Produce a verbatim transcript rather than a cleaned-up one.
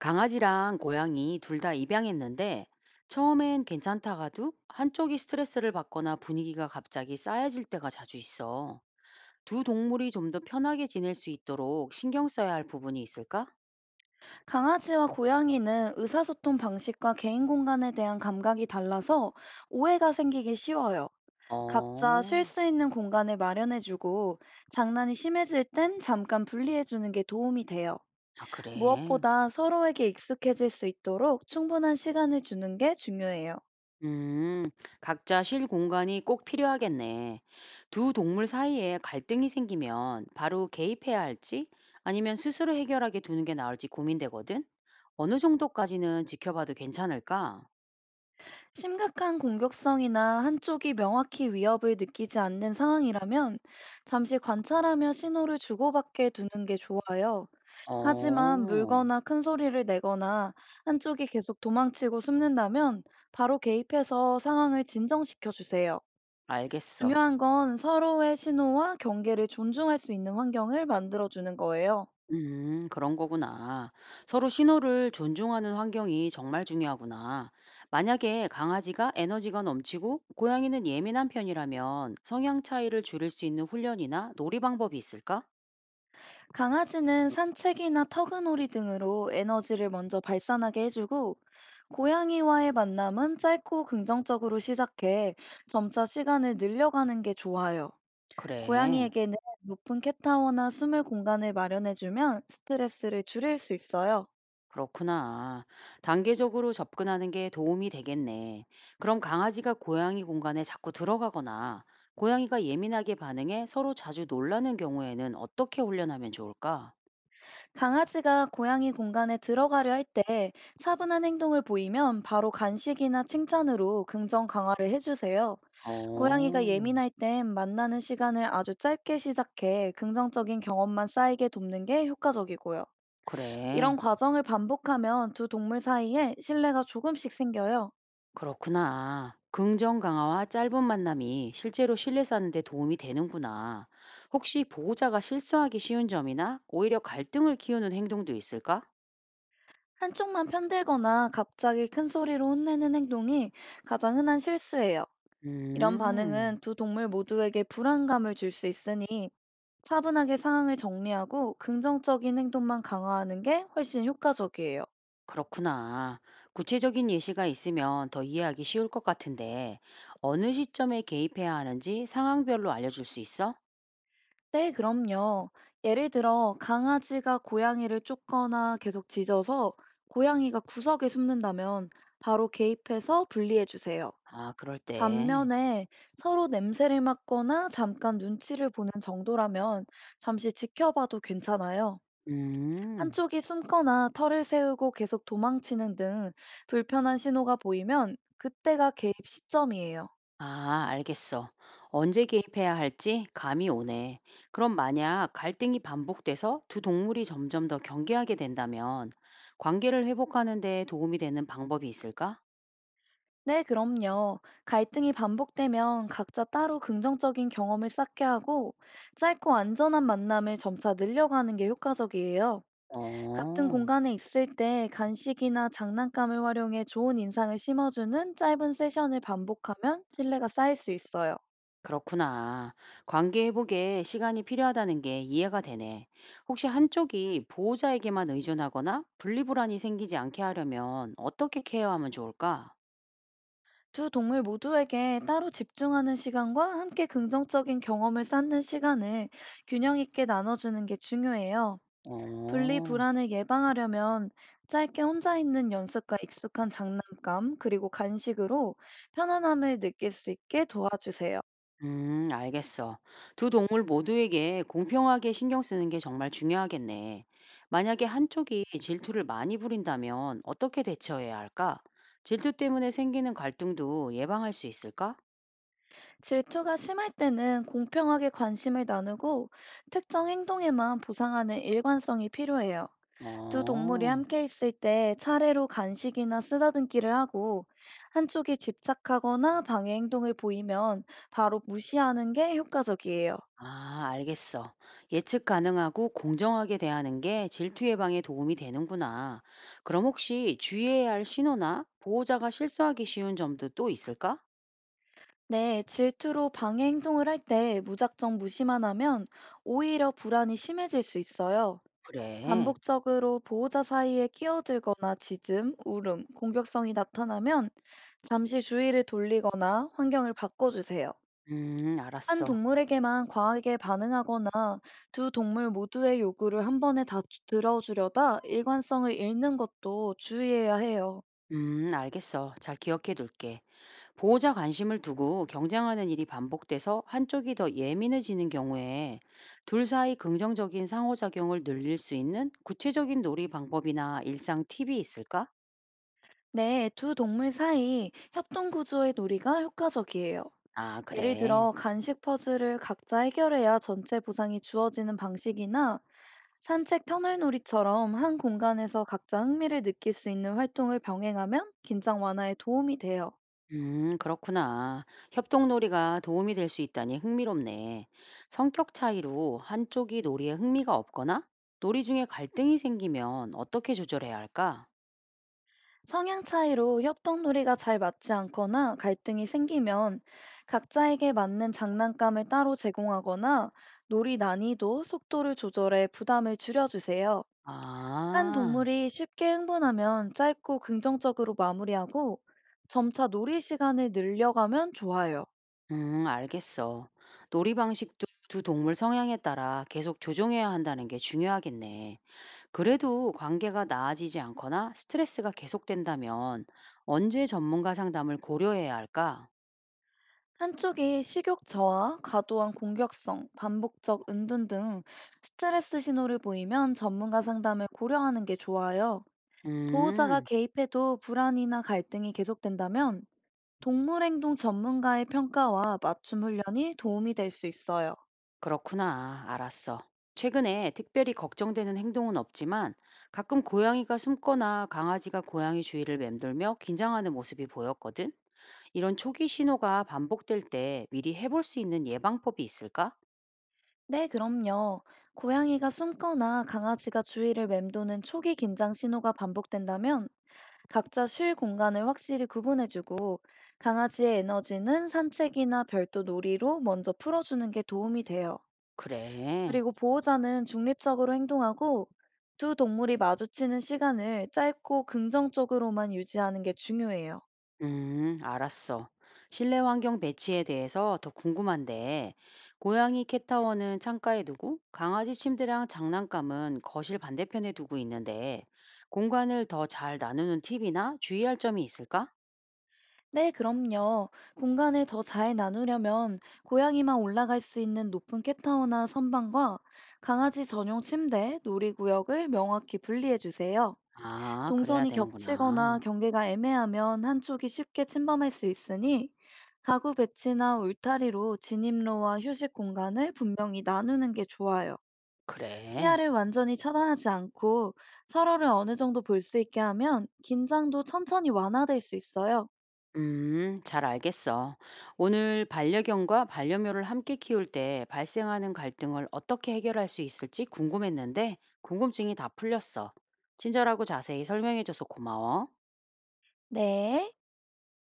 강아지랑 고양이 둘 다 입양했는데 처음엔 괜찮다가도 한쪽이 스트레스를 받거나 분위기가 갑자기 쌓여질 때가 자주 있어. 두 동물이 좀 더 편하게 지낼 수 있도록 신경 써야 할 부분이 있을까? 강아지와 고양이는 의사소통 방식과 개인 공간에 대한 감각이 달라서 오해가 생기기 쉬워요. 각자 쉴 어, 수 있는 공간을 마련해주고 장난이 심해질 땐 잠깐 분리해주는 게 도움이 돼요. 아, 그래. 무엇보다 서로에게 익숙해질 수 있도록 충분한 시간을 주는 게 중요해요. 음, 각자 쉴 공간이 꼭 필요하겠네. 두 동물 사이에 갈등이 생기면 바로 개입해야 할지 아니면 스스로 해결하게 두는 게 나을지 고민되거든? 어느 정도까지는 지켜봐도 괜찮을까? 심각한 공격성이나 한쪽이 명확히 위협을 느끼지 않는 상황이라면 잠시 관찰하며 신호를 주고받게 두는 게 좋아요. 하지만 어. 물거나 큰 소리를 내거나 한쪽이 계속 도망치고 숨는다면 바로 개입해서 상황을 진정시켜 주세요. 알겠어. 중요한 건 서로의 신호와 경계를 존중할 수 있는 환경을 만들어 주는 거예요. 음, 그런 거구나. 서로 신호를 존중하는 환경이 정말 중요하구나. 만약에 강아지가 에너지가 넘치고 고양이는 예민한 편이라면 성향 차이를 줄일 수 있는 훈련이나 놀이 방법이 있을까? 강아지는 산책이나 터그놀이 등으로 에너지를 먼저 발산하게 해주고, 고양이와의 만남은 짧고 긍정적으로 시작해 점차 시간을 늘려가는 게 좋아요. 그래. 고양이에게는 높은 캣타워나 숨을 공간을 마련해주면 스트레스를 줄일 수 있어요. 그렇구나. 단계적으로 접근하는 게 도움이 되겠네. 그럼 강아지가 고양이 공간에 자꾸 들어가거나 고양이가 예민하게 반응해 서로 자주 놀라는 경우에는 어떻게 훈련하면 좋을까? 강아지가 고양이 공간에 들어가려 할 때 차분한 행동을 보이면 바로 간식이나 칭찬으로 긍정 강화를 해주세요. 고양이가 어. 예민할 땐 만나는 시간을 아주 짧게 시작해 긍정적인 경험만 쌓이게 돕는 게 효과적이고요. 이런 그래. 과정을 반복하면 두 동물 사이에 신뢰가 조금씩 생겨요. 그렇구나. 긍정 강화와 짧은 만남이 실제로 신뢰 쌓는 데 도움이 되는구나. 혹시 보호자가 실수하기 쉬운 점이나 오히려 갈등을 키우는 행동도 있을까? 한쪽만 편들거나 갑자기 큰 소리로 혼내는 행동이 가장 흔한 실수예요. 이런 음. 반응은 두 동물 모두에게 불안감을 줄 수 있으니 차분하게 상황을 정리하고 긍정적인 행동만 강화하는 게 훨씬 효과적이에요. 그렇구나. 구체적인 예시가 있으면 더 이해하기 쉬울 것 같은데, 어느 시점에 개입해야 하는지 상황별로 알려줄 수 있어? 네, 그럼요. 예를 들어 강아지가 고양이를 쫓거나 계속 짖어서 고양이가 구석에 숨는다면 바로 개입해서 분리해 주세요. 아, 그럴 때. 반면에 서로 냄새를 맡거나 잠깐 눈치를 보는 정도라면 잠시 지켜봐도 괜찮아요. 음. 한쪽이 숨거나 털을 세우고 계속 도망치는 등 불편한 신호가 보이면 그때가 개입 시점이에요. 아, 알겠어. 언제 개입해야 할지 감이 오네. 그럼 만약 갈등이 반복돼서 두 동물이 점점 더 경계하게 된다면 관계를 회복하는 데 도움이 되는 방법이 있을까? 네, 그럼요. 갈등이 반복되면 각자 따로 긍정적인 경험을 쌓게 하고 짧고 안전한 만남을 점차 늘려가는 게 효과적이에요. 같은 어, 공간에 있을 때 간식이나 장난감을 활용해 좋은 인상을 심어주는 짧은 세션을 반복하면 신뢰가 쌓일 수 있어요. 그렇구나. 관계 회복에 시간이 필요하다는 게 이해가 되네. 혹시 한쪽이 보호자에게만 의존하거나 분리불안이 생기지 않게 하려면 어떻게 케어하면 좋을까? 두 동물 모두에게 따로 집중하는 시간과 함께 긍정적인 경험을 쌓는 시간을 균형 있게 나눠주는 게 중요해요. 분리 어. 불안을 예방하려면 짧게 혼자 있는 연습과 익숙한 장난감, 그리고 간식으로 편안함을 느낄 수 있게 도와주세요. 음, 알겠어. 두 동물 모두에게 공평하게 신경 쓰는 게 정말 중요하겠네. 만약에 한쪽이 질투를 많이 부린다면 어떻게 대처해야 할까? 질투 때문에 생기는 갈등도 예방할 수 있을까? 질투가 심할 때는 공평하게 관심을 나누고 특정 행동에만 보상하는 일관성이 필요해요. 두 동물이 어, 함께 있을 때 차례로 간식이나 쓰다듬기를 하고 한쪽이 집착하거나 방해 행동을 보이면 바로 무시하는 게 효과적이에요. 아, 알겠어. 예측 가능하고 공정하게 대하는 게 질투 예방에 도움이 되는구나. 그럼 혹시 주의해야 할 신호나 보호자가 실수하기 쉬운 점도 또 있을까? 네, 질투로 방해 행동을 할 때 무작정 무시만 하면 오히려 불안이 심해질 수 있어요. 그래. 반복적으로 보호자 사이에 끼어들거나 짖음, 울음, 공격성이 나타나면 잠시 주의를 돌리거나 환경을 바꿔주세요. 음, 한 알았어. 동물에게만 과하게 반응하거나 두 동물 모두의 요구를 한 번에 다 주- 들어주려다 일관성을 잃는 것도 주의해야 해요. 음, 알겠어. 잘 기억해 둘게. 보호자 관심을 두고 경쟁하는 일이 반복돼서 한쪽이 더 예민해지는 경우에 둘 사이 긍정적인 상호작용을 늘릴 수 있는 구체적인 놀이 방법이나 일상 팁이 있을까? 네, 두 동물 사이 협동 구조의 놀이가 효과적이에요. 아, 예를 그래. 들어 간식 퍼즐을 각자 해결해야 전체 보상이 주어지는 방식이나 산책 터널 놀이처럼 한 공간에서 각자 흥미를 느낄 수 있는 활동을 병행하면 긴장 완화에 도움이 돼요. 음, 그렇구나. 협동놀이가 도움이 될 수 있다니 흥미롭네. 성격 차이로 한쪽이 놀이에 흥미가 없거나 놀이 중에 갈등이 생기면 어떻게 조절해야 할까? 성향 차이로 협동 놀이가 잘 맞지 않거나 갈등이 생기면 각자에게 맞는 장난감을 따로 제공하거나 놀이 난이도, 속도를 조절해 부담을 줄여주세요. 한 아. 동물이 쉽게 흥분하면 짧고 긍정적으로 마무리하고 점차 놀이 시간을 늘려가면 좋아요. 음, 알겠어. 놀이 방식도 두 동물 성향에 따라 계속 조정해야 한다는 게 중요하겠네. 그래도 관계가 나아지지 않거나 스트레스가 계속된다면 언제 전문가 상담을 고려해야 할까? 한쪽이 식욕 저하, 과도한 공격성, 반복적 은둔 등 스트레스 신호를 보이면 전문가 상담을 고려하는 게 좋아요. 보호자가 음, 개입해도 불안이나 갈등이 계속된다면 동물행동 전문가의 평가와 맞춤 훈련이 도움이 될 수 있어요. 그렇구나. 알았어. 최근에 특별히 걱정되는 행동은 없지만 가끔 고양이가 숨거나 강아지가 고양이 주위를 맴돌며 긴장하는 모습이 보였거든. 이런 초기 신호가 반복될 때 미리 해볼 수 있는 예방법이 있을까? 네, 그럼요. 고양이가 숨거나 강아지가 주위를 맴도는 초기 긴장 신호가 반복된다면 각자 쉴 공간을 확실히 구분해주고 강아지의 에너지는 산책이나 별도 놀이로 먼저 풀어주는 게 도움이 돼요. 그래. 그리고 보호자는 중립적으로 행동하고 두 동물이 마주치는 시간을 짧고 긍정적으로만 유지하는 게 중요해요. 음, 알았어. 실내 환경 배치에 대해서 더 궁금한데, 고양이 캣타워는 창가에 두고, 강아지 침대랑 장난감은 거실 반대편에 두고 있는데, 공간을 더 잘 나누는 팁이나 주의할 점이 있을까? 네, 그럼요. 공간을 더 잘 나누려면 고양이만 올라갈 수 있는 높은 캣타워나 선반과 강아지 전용 침대, 놀이구역을 명확히 분리해 주세요. 아, 그래야 동선이 겹치거나 되는구나. 경계가 애매하면 한쪽이 쉽게 침범할 수 있으니 가구 배치나 울타리로 진입로와 휴식 공간을 분명히 나누는 게 좋아요. 그래. 시야를 완전히 차단하지 않고 서로를 어느 정도 볼 수 있게 하면 긴장도 천천히 완화될 수 있어요. 음, 잘 알겠어. 오늘 반려견과 반려묘를 함께 키울 때 발생하는 갈등을 어떻게 해결할 수 있을지 궁금했는데 궁금증이 다 풀렸어. 친절하고 자세히 설명해줘서 고마워. 네.